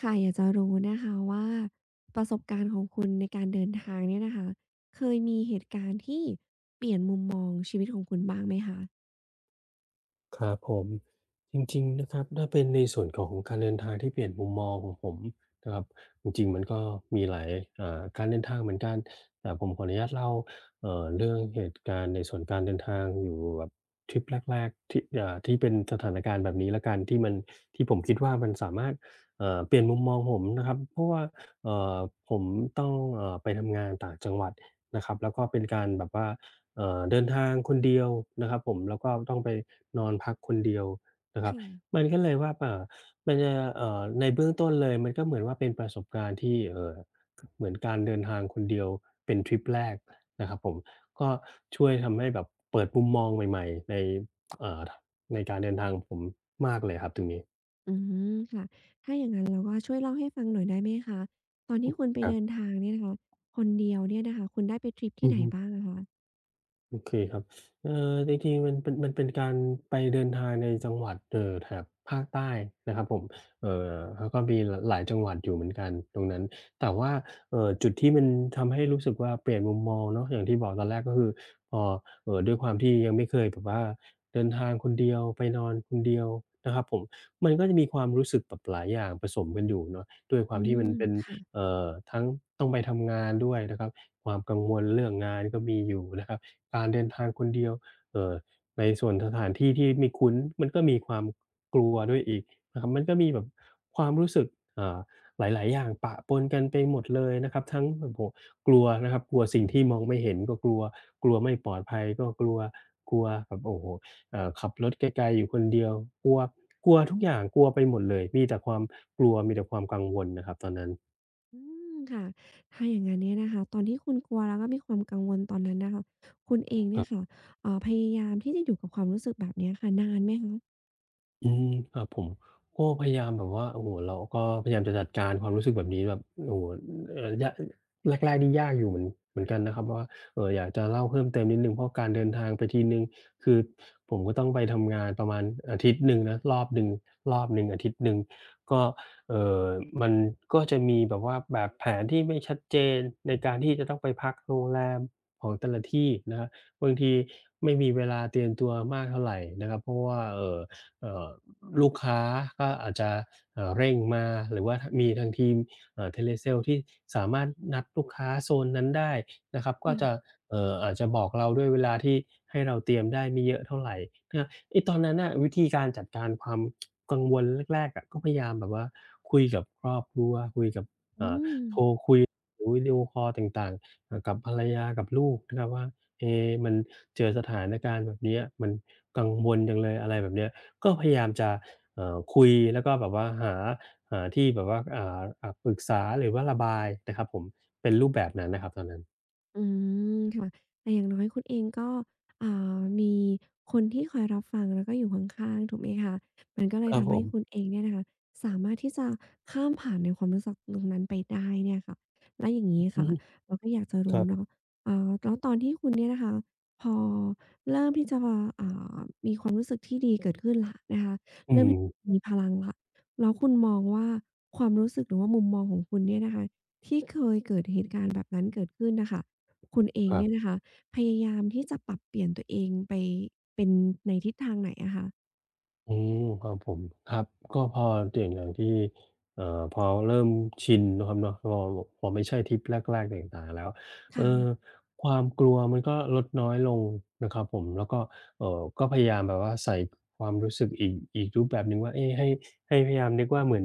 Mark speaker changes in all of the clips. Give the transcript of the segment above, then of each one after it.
Speaker 1: ค่ะอยากจะรู้นะคะว่าประสบการณ์ของคุณในการเดินทางเนี่ยนะคะเคยมีเหตุการณ์ที่เปลี่ยนมุมมองชีวิตของคุณบ้างไหมคะ
Speaker 2: ครับผมจริงๆนะครับถ้าเป็นในส่วนของการเดินทางที่เปลี่ยนมุมมองของผมนะครับจริงๆมันก็มีหลายการเดินทางเหมือนกันแต่ผมขออนุญาตเล่าเรื่องเหตุการณ์ในส่วนการเดินทางอยู่แบบทริปแรกๆที่ที่เป็นสถานการณ์แบบนี้แล้วกันที่มันที่ผมคิดว่ามันสามารถเปลี่ยนมุมมองผมนะครับเพราะว่าเอ่อผมต้องไปทำงานต่างจังหวัดนะครับแล้วก็เป็นการแบบว่าเดินทางคนเดียวนะครับผมแล้วก็ต้องไป นอนพักคนเดียวนะครับ
Speaker 1: ค่ะ
Speaker 2: มันก็เลยว่ามันจะในเบื้องต้นเลยมันก็เหมือนว่าเป็นประสบการณ์ที่เหมือนการเดินทางคนเดียวเป็นทริปแรกนะครับผมก็ช่วยทำให้แบบเปิดมุมมองใหม่ๆในเอ่อในการเดินทางของผมมากเลยครับตรงนี้
Speaker 1: อืมค่ะถ้าอย่างงั้นแล้วก็ช่วยเล่าให้ฟังหน่อยได้ไหมคะตอนที่คุณไป
Speaker 2: ครั
Speaker 1: เดิน
Speaker 2: บ
Speaker 1: ทางเนี่ยนะคะคนเดียวเนี่ยนะคะคุณได้ไปทริป
Speaker 2: อื
Speaker 1: ที่
Speaker 2: อ
Speaker 1: ไหน
Speaker 2: ฮึ
Speaker 1: บ้างอะคะ
Speaker 2: โอเคครับจริงๆมันเป็นการไปเดินทางในจังหวัดแถบภาคใต้นะครับผมเอ่อแล้วก็มีหลายจังหวัดอยู่เหมือนกันตรงนั้นแต่ว่าจุดที่มันทำให้รู้สึกว่าเปลี่ยนมุมมองเนาะอย่างที่บอกตอนแรกก็คือพอด้วยความที่ยังไม่เคยแบบว่าเดินทางคนเดียวไปนอนคนเดียวนะครับผมมันก็จะมีความรู้สึกแบบหลายอย่างผสมกันอยู่เนาะด้วยควา
Speaker 1: อื
Speaker 2: มที่
Speaker 1: ม
Speaker 2: มันเป็น
Speaker 1: ค่ะ
Speaker 2: เอ่อทั้งต้องไปทำงานด้วยนะครับความกังวลเรื่องงานก็มีอยู่นะครับ การเดินทางคนเดียวเอ่อในส่วนสถานที่ที่ไม่คุ้น มันก็มีความกลัวด้วยอีกนะครับมันก็มีแบบความรู้สึกอ่าหลายๆอย่างปะปนกันไปหมดเลยนะครับทั้งโอ้โฮกลัวนะครับกลัวสิ่งที่มองไม่เห็นก็กลัว กลัวไม่ปลอดภัยก็กลัวกลัวแบบโอ้โฮขับรถไกลๆอยู่คนเดียวกลัวกลัวทุกอย่างกลัวไปหมดเลยมีแต่ความกลัวมีแต่ความกังวลนะครับตอนนั้น
Speaker 1: อืมค่ะถ้าอย่างงั้นเนี่ยนะคะตอนที่คุณกลัวแล้วก็มีความกังวลตอนนั้นน่ะค่ะคุณเอ
Speaker 2: ก
Speaker 1: งเนี่
Speaker 2: ็
Speaker 1: ยค่ะพยายามที่จะอยู่กับความรู้สึกแบบเนี้ยค่ะนานไหมคะ
Speaker 2: อืมครับผมก็พยายามแบบว่าโอ้โฮเราก็พยายามจะจัดการความรู้สึกแบบนี้แบบโอ้โฮยะแรกๆนี่ยากอยู่เหมือนกันนะครับว่าอยากจะเล่าเพิ่มเติมนิดหนึ่งเพราะการเดินทางไปทีหนึ่งคือผมก็ต้องไปทำงานประมาณอาทิตย์หนึ่งนะรอบหนึ่งรอบหนึ่งอาทิตย์หนึ่งก็เอ่อมันก็จะมีแบบว่าแบบแผนที่ไม่ชัดเจนในการที่จะต้องไปพักโรงแรมของแต่ละที่นะครับบางทีไม่มีเวลาเตรียมตัวมากเท่าไรนะครับเพราะว่าเอ่อลูกค้าก็อาจจะเร่งมาหรือว่าทมีทางทีมtelesale ที่สามารถนัดลูกค้าโซนนั้นได้นะครับก็จะ
Speaker 1: ค่ะ
Speaker 2: อาจจะบอกเราด้วยเวลาที่ให้เราเตรียมได้ไม่เยอะเท่าไรนะครับไอ้ตอนนั้นน่ะวิธีการจัดการความกังวลแรกๆอะก็พยายามแบบว่าคุยกับครอบครัวคุยกับ
Speaker 1: อื
Speaker 2: เอ่อ
Speaker 1: ม
Speaker 2: หรือวิดีโอคอลต่างๆกับภรรยากับลูกนะครับว่าเอมันเจอสถานการณ์แบบเนี้ยมันกังวลจังเลยอะไรแบบเนี้ยก็พยายามจะคุยแล้วก็แบบว่าหาหาที่แบบว่าปรึกษาหรือว่าระบายนะครับผมเป็นรูปแบบนั้นนะครับตอนนั้น
Speaker 1: อืมค่ะแต่อย่างน้อยคุณเองก็อ่ามีคนที่คอยรับฟังแล้วก็อยู่ข้างๆถูกไหมคะมันก็เล
Speaker 2: ค
Speaker 1: ย
Speaker 2: รับผ
Speaker 1: ทำให้
Speaker 2: ม
Speaker 1: คุณเองเนี่ยนะคะสามารถที่จะข้ามผ่านในความรู้สึกตรงนั้นไปได้เนี่ยค่ะแล้อย่างนี้
Speaker 2: อือ
Speaker 1: ค่ะ
Speaker 2: ฮึ
Speaker 1: เราก็อยากจะ
Speaker 2: ค
Speaker 1: รู้
Speaker 2: รับ
Speaker 1: เนาะอ่าแล้วตอนที่คุณเนี่ยนะคะพอเริ่มที่จะอ่ามีความรู้สึกที่ดีเกิดขึ้นละนะคะ
Speaker 2: อื
Speaker 1: เริ่มที่
Speaker 2: ม
Speaker 1: มีพลังละแล้วคุณมองว่าความรู้สึกหรือว่ามุมมองของคุณเนี่ยนะคะที่เคยเกิดเหตุการณ์แบบนั้นเกิดขึ้นนะคะ คุณเอง
Speaker 2: ครั
Speaker 1: เนี่ยนะ
Speaker 2: บ
Speaker 1: คะพยายามที่จะปรับเปลี่ยนตัวเองไปเป็นในทิศทางไหนอะคะ
Speaker 2: อืมครับผมครับก็พออย่างที่พอเริ่มชินนาะครับเนาะพอไม่ใช่ทริปแรกๆต่างๆแล้วเออ
Speaker 1: ค่ะ
Speaker 2: ความกลัวมันก็ลดน้อยลงนะครับผมแล้วก็ก็พยายามแบบว่าใส่ความรู้สึกอีกรูปแบบหนึ่งว่าเอ้ให้ให้พยายามนึกว่าเหมือน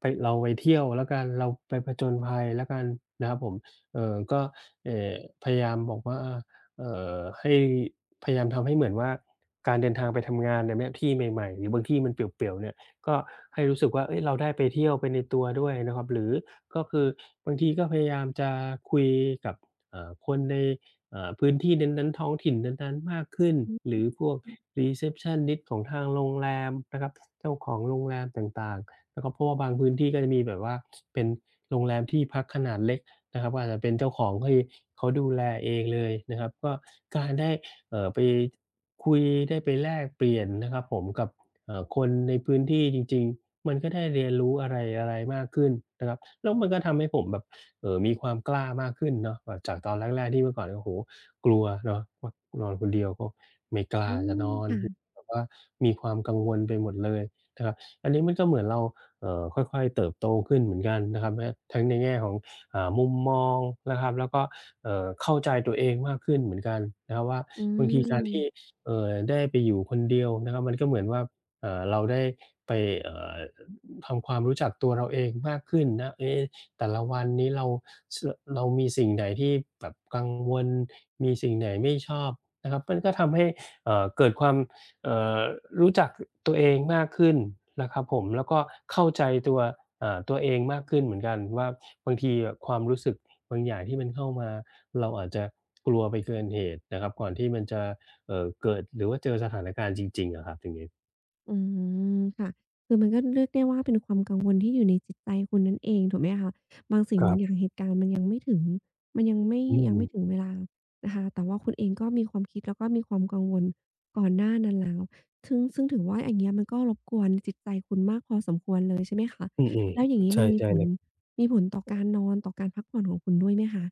Speaker 2: ไปเราไปเที่ยวแล้วกันเราไปผจญภัยแล้วกันนะครับผมก็เออพยายามบอกว่า เอ่ให้พยายามทำให้เหมือนว่าการเดินทางไปทำงานในเนี่ยที่ใหม่ๆหรือบางที่มันเปลี่ยวๆเนี่ยก็ให้รู้สึกว่าเฮ้ยเราได้ไปเที่ยวไปในตัวด้วยนะครับหรือก็คือบางทีก็พยายามจะคุยกับคนในพื้นที่นั้นๆท้องถิ่นนั้นๆมากขึ้นหรือพวกรีเซปชันนิสต์ของทางโรงแรมนะครับเจ้าของโรงแรมต่างๆนะครับเพราะว่าบางพื้นที่ก็จะมีแบบว่าเป็นโรงแรมที่พักขนาดเล็ก นะครับก็อาจจะเป็นเจ้าของที่เขาดูแลเองเลยนะครับก็การได้ไปคุยได้ไปแลกเปลี่ยนนะครับผมกับคนในพื้นที่จริงๆมันก็ได้เรียนรู้อะไรๆมากขึ้นนะครับแล้วมันก็ทำให้ผมแบบมีความกล้ามากขึ้นเนาะแบบจากตอนแรกๆที่เมื่อก่อนโอ้โฮกลัวเนาะว่านอนคนเดียวก็ไม่กล้า
Speaker 1: อื
Speaker 2: จะ
Speaker 1: ม
Speaker 2: นอน
Speaker 1: ค่ะ
Speaker 2: แบบว่ามีความกังวลไปหมดเลยนะครับอันนี้มันก็เหมือนเราค่อยๆเติบโตขึ้นเหมือนกันนะครับแม้ทั้งในแง่ของ มุมมองนะครับแล้วก็เข้าใจตัวเองมากขึ้นเหมือนกันนะครับว่า
Speaker 1: อื
Speaker 2: บางทีการ
Speaker 1: ม
Speaker 2: ที่ได้ไปอยู่คนเดียวนะครับมันก็เหมือนว่าเราได้ไปเอ่อทำความรู้จักตัวเราเองมากขึ้นนะเอ๊ะแต่ละวันนี้เราชเรามีสิ่งไหนที่แบบกังวลมีสิ่งไหนไม่ชอบนะครับมันก็ทำให้เกิดความ เอ่อรู้จักตัวเองมากขึ้นนะครับผมแล้วก็เข้าใจตัวตัวเองมากขึ้นเหมือนกันว่าบางทีอะความรู้สึกบางอย่างที่มันเข้ามาเราอาจจะกลัวไปเกินเหตุนะครับก่อนที่มันจะเกิดหรือว่าเจอสถานการณ์จริงๆอะครับอย่างงี้
Speaker 1: อืมค่ะคือมันก็เรียกได้ว่าเป็นความกังวลที่อยู่ในจิตใจคุณนั่นเองถูกไหมคะบางสิ่ง
Speaker 2: ครั
Speaker 1: บางอ
Speaker 2: บ
Speaker 1: ย่างเหตุการณ์มันยังไม่ถึงมันยังไม่
Speaker 2: อืม
Speaker 1: ถึงเวลานะคะแต่ว่าคุณเองก็มีความคิดแล้วก็มีความกังวลก่อนหน้านั้นแล้วทึ่งซึ่งถือว่าอย่างเงี้ยมันก็รบกวนจิตใจคุณมากพอสมควรเลยใช่ไหมคะ
Speaker 2: อือ
Speaker 1: แล้วอย่าง
Speaker 2: ๆ
Speaker 1: งี้
Speaker 2: ใช
Speaker 1: มันมี
Speaker 2: ่
Speaker 1: ผ
Speaker 2: ๆเล
Speaker 1: ล
Speaker 2: ย
Speaker 1: ต่อการนอนต่อการพักผ่อนของคุณด้วยไหมคะ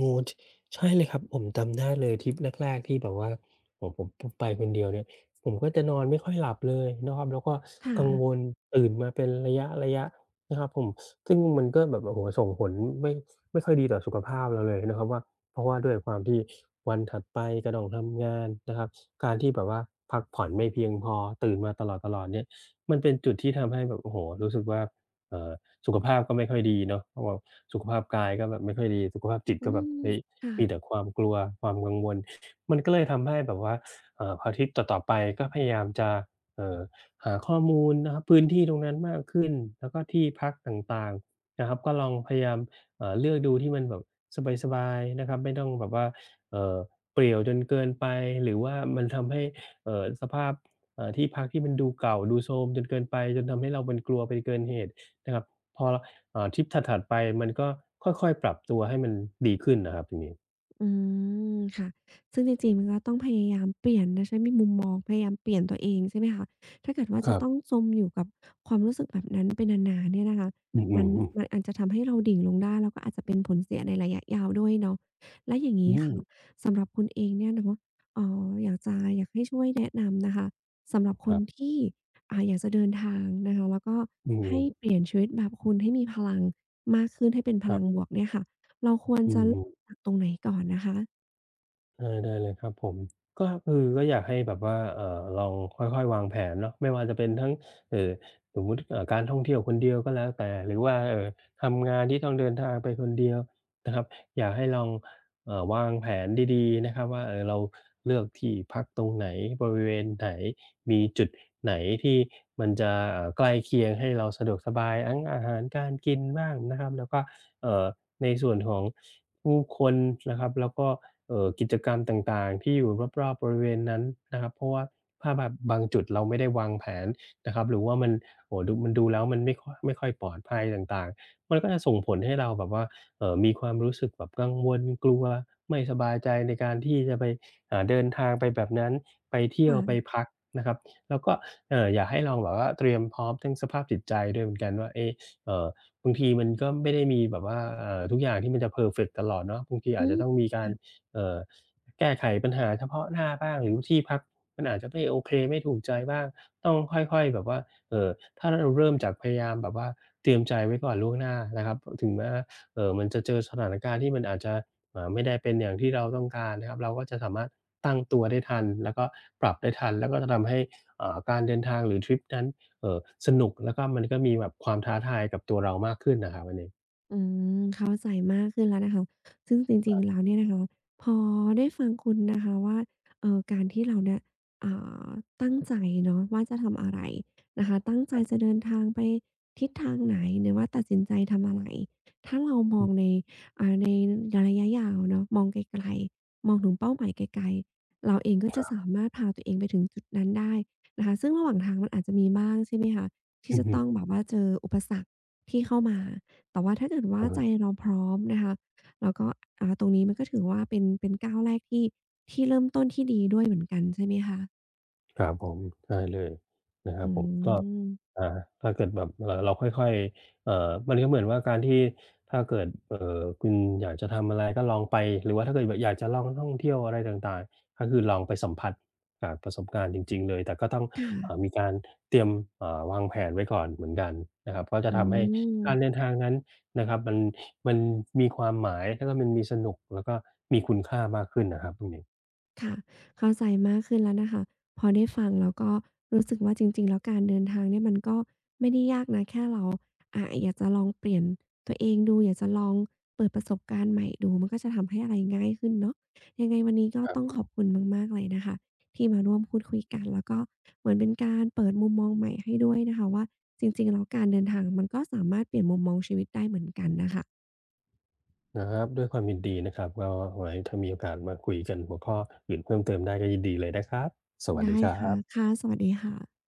Speaker 2: งูชใช่เลยครับผมจำได้เลยทริปแรกๆที่แบบว่าโอ้โฮผมไปคนเดียวเนี่ยผมก็จะนอนไม่ค่อยหลับเลยนะครับแล้วก็
Speaker 1: ค่ะ
Speaker 2: กังวลตื่นมาเป็นระยะๆนะครับผมซึ่งมันก็แบบโอ้โฮส่งผลไม่ไม่ค่อยดีต่อสุขภาพเราเลยนะครับว่าเพราะว่าด้วยความที่วันถัดไปก็ต้องทำงานนะครับการที่แบบว่าพักผ่อนไม่เพียงพอตื่นมาตลอดๆเนี่ยมันเป็นจุดที่ทำให้แบบโอ้โฮรู้สึกว่าเอ่อ สุขภาพก็ไม่ค่อยดีเนาะเพราะแบบสุขภาพกายก็แบบไม่ค่อยดีสุขภาพจิต
Speaker 1: อื
Speaker 2: ก็แบบ
Speaker 1: ม
Speaker 2: เฮ้ย
Speaker 1: ค่ะ
Speaker 2: มีแต่ความกลัวความกังวลมันก็เลยทำให้แบบว่าพอทริปต่อๆไปก็พยายามจะเอ่อหาข้อมูลนะครับพื้นที่ตรงนั้นมากขึ้นแล้วก็ที่พักต่างๆนะครับก็ลองพยายามเลือกดูที่มันแบบสบายๆนะครับไม่ต้องแบบว่าเอ่อเปรี่ยวจนเกินไปหรือว่ามันทำให้สภาพที่พักที่มันดูเก่าดูโทรมจนเกินไปจนทำให้เราเป็นกลัวไปเกินเหตุนะครับ พอทริปถัดๆไปมันก็ค่อยๆปรับตัวให้มันดีขึ้นนะครับตรงนี้
Speaker 1: อืค่ะซึ่งจริงๆมันก็ต้องพยายามเปลี่ยนนะใช่มีมุมมองพยายามเปลี่ยนตัวเองใช่ไหมคะถ้าเกิดว่า
Speaker 2: ค
Speaker 1: จะ
Speaker 2: รับ
Speaker 1: ต้องจมอยู่กับความรู้สึกแบบนั้นไปนานๆเนี่ยนะคะ
Speaker 2: อื
Speaker 1: มัน
Speaker 2: อๆ
Speaker 1: มัน
Speaker 2: ๆ
Speaker 1: อาจจะทำให้เราดิ่งลงได้แล้วก็อาจจะเป็นผลเสียในระยะยาวด้วยเนาะแล้วอย่าง
Speaker 2: อื
Speaker 1: งี้
Speaker 2: ม
Speaker 1: ค่ะสำหรับคุณเองเนี่ยเนาะอยากจะอยากให้ช่วยแนะนำนะคะสำหรับ
Speaker 2: ค
Speaker 1: คน
Speaker 2: รับ
Speaker 1: ที่อ่าอยากจะเดินทางนะคะแล้วก็
Speaker 2: อืม
Speaker 1: ให้เปลี่ยนชีวิตแบบคุณให้มีพลังมากขึ้นให้เป็นพ
Speaker 2: ครั
Speaker 1: ลังบ
Speaker 2: บ
Speaker 1: วกเนี่ยค่ะ เราควร
Speaker 2: อื
Speaker 1: จะเริ่ม
Speaker 2: ม
Speaker 1: จากตรงไหนก่อนนะคะ
Speaker 2: ได้ได้เลยครับผม ก็คือก็อยากให้แบบว่าลองค่อยๆวางแผนเนาะไม่ว่าจะเป็นทั้งเอ่อสมมุติการท่องเที่ยวคนเดียวก็แล้วแต่หรือว่าทำงานที่ต้องเดินทางไปคนเดียวนะครับอยากให้ลองวางแผนดีๆนะครับว่าเราเลือกที่พักตรงไหนบริเวณไหน มีจุดไหนที่มันจะใกล้เคียงให้เราสะดวกสบายทั้งอาหารการกินบ้างนะครับแล้วก็เอ่อในส่วนของผู้คนนะครับแล้วก็ กิจกรรมต่างๆที่อยู่รอบๆบริเวณนั้นนะครับเพราะว่าถ้าแบบบางจุดเราไม่ได้วางแผนนะครับหรือว่ามันโอ้โฮดูมันดูแล้วมันไม่ค่อยปลอดภัยต่างๆมันก็จะส่งผลให้เราแบบว่ามีความรู้สึกแบบกังวลกลัวไม่สบายใจในการที่จะไปเดินทางไปแบบนั้นไปเที่ยวไป
Speaker 1: ค่ะ
Speaker 2: พักนะครับแล้วก็อยากให้ลองแบบว่าเตรียมพร้อมทั้งสภาพจิตใจด้วยเหมือนกันว่าเอ๊ะเอ่อบางทีมันก็ไม่ได้มีแบบว่าทุกอย่างที่มันจะเพอร์เฟกต์ตลอดเนาะบางทีอาจ
Speaker 1: อื
Speaker 2: จะ
Speaker 1: ม
Speaker 2: ต้องมีการ เอ่อแก้ไขปัญหาเฉพาะหน้าบ้างหรือที่พักมันอาจจะไม่โอเคไม่ถูกใจบ้างต้องค่อยๆแบบว่าเอ่อถ้าเราเริ่มจากพยายามแบบว่าเตรียมใจไว้ก่อนล่วงหน้านะครับถึงแม้มันจะเจอสถานการณ์ที่มันอาจจะไม่ได้เป็นอย่างที่เราต้องการนะครับเราก็จะสามารถตั้งตัวได้ทันแล้วก็ปรับได้ทันแล้วก็จะทำให้การเดินทางหรือทริปนั้นเอ่อสนุกแล้วก็มันก็มีแบบความท้าทายกับตัวเรามากขึ้นน่ะครับอันนี้
Speaker 1: อืมเข้าใจมากขึ้นแล้วนะคะซึ่งจริงๆแล้วเนี่ยนะคะพอได้ฟังคุณนะคะว่าการที่เราเนี่ยอ่าตั้งใจเนาะว่าจะทำอะไรนะคะตั้งใจจะเดินทางไปทิศทางไหนหรือว่าตัดสินใจทำอะไรถ้าเราม
Speaker 2: อื
Speaker 1: องใน
Speaker 2: อ
Speaker 1: อ่าในระยะยาวเนาะมองไกลๆมองถึงเป้าหมายไกลๆเราเองก็จะสามารถพาตัวเองไปถึงจุดนั้นได้นะคะซึ่งระหว่างทางมันอาจจะมีบ้างใช่ไหมคะที่
Speaker 2: อือ
Speaker 1: จะ
Speaker 2: ฮึ
Speaker 1: ต้องแบบว่าเจออุปสรรคที่เข้ามา แต่ว่าถ้าเกิดว่าใจ
Speaker 2: เออ
Speaker 1: เราพร้อมนะคะแล้วก็อ่าตรงนี้มันก็ถือว่าเป็นก้าวแรกที่เริ่มต้นที่ดีด้วยเหมือนกันใช่ไหมคะ
Speaker 2: ครับผมใช่เลยนะครับ
Speaker 1: อื
Speaker 2: ผมก็
Speaker 1: ม
Speaker 2: อ่าถ้าเกิดแบบเราค่อยๆมันก็เหมือนว่าการที่ถ้าเกิดคุณอยากจะทำอะไรก็ลองไปหรือว่าถ้าเกิดแบบอยากจะลองท่องเที่ยวอะไรต่างๆก็คือลองไปสัมผัสจากประสบการณ์จริงๆเลยแต่ก็ต้อง
Speaker 1: ค่ะ
Speaker 2: มีการเตรียมวางแผนไว้ก่อนเหมือนกันนะครับก็จะ
Speaker 1: อื
Speaker 2: ทำให้การเดิ
Speaker 1: ม
Speaker 2: นทางนั้นนะครับมันมีความหมายแล้วก็มันมีสนุกแล้วก็มีคุณค่ามากขึ้นนะครับตรงนี้
Speaker 1: ค่ะเข้าใจมากขึ้นแล้วนะคะพอได้ฟังแล้วก็รู้สึกว่าจริงๆแล้วการเดินทางเนี่ยมันก็ไม่ได้ยากนะแค่เราอ่าอยากจะลองเปลี่ยนตัวเองดูอยากจะลองเปิดประสบการณ์ใหม่ดูมันก็จะทำให้อะไรง่ายขึ้นเนาะยังไงวันนี้ก็ต้องขอบคุณมากๆเลยนะคะที่มาร่วมพูดคุยกันแล้วก็เหมือนเป็นการเปิดมุมมองใหม่ให้ด้วยนะคะว่าจริงๆแล้วการเดินทางมันก็สามารถเปลี่ยนมุมมองชีวิตได้เหมือนกันน่ะค่ะ
Speaker 2: นะครับด้วยความยินดีนะครับก็ไว้ถ้ามีโอกาสมาคุยกันหัวข้ออื่นเพิ่มเติมได้ก็ยินดีเลยนะครับสวัสดี
Speaker 1: ได้
Speaker 2: ครั
Speaker 1: ค่ะ
Speaker 2: บ
Speaker 1: ค่ะสวัสดีค่ะ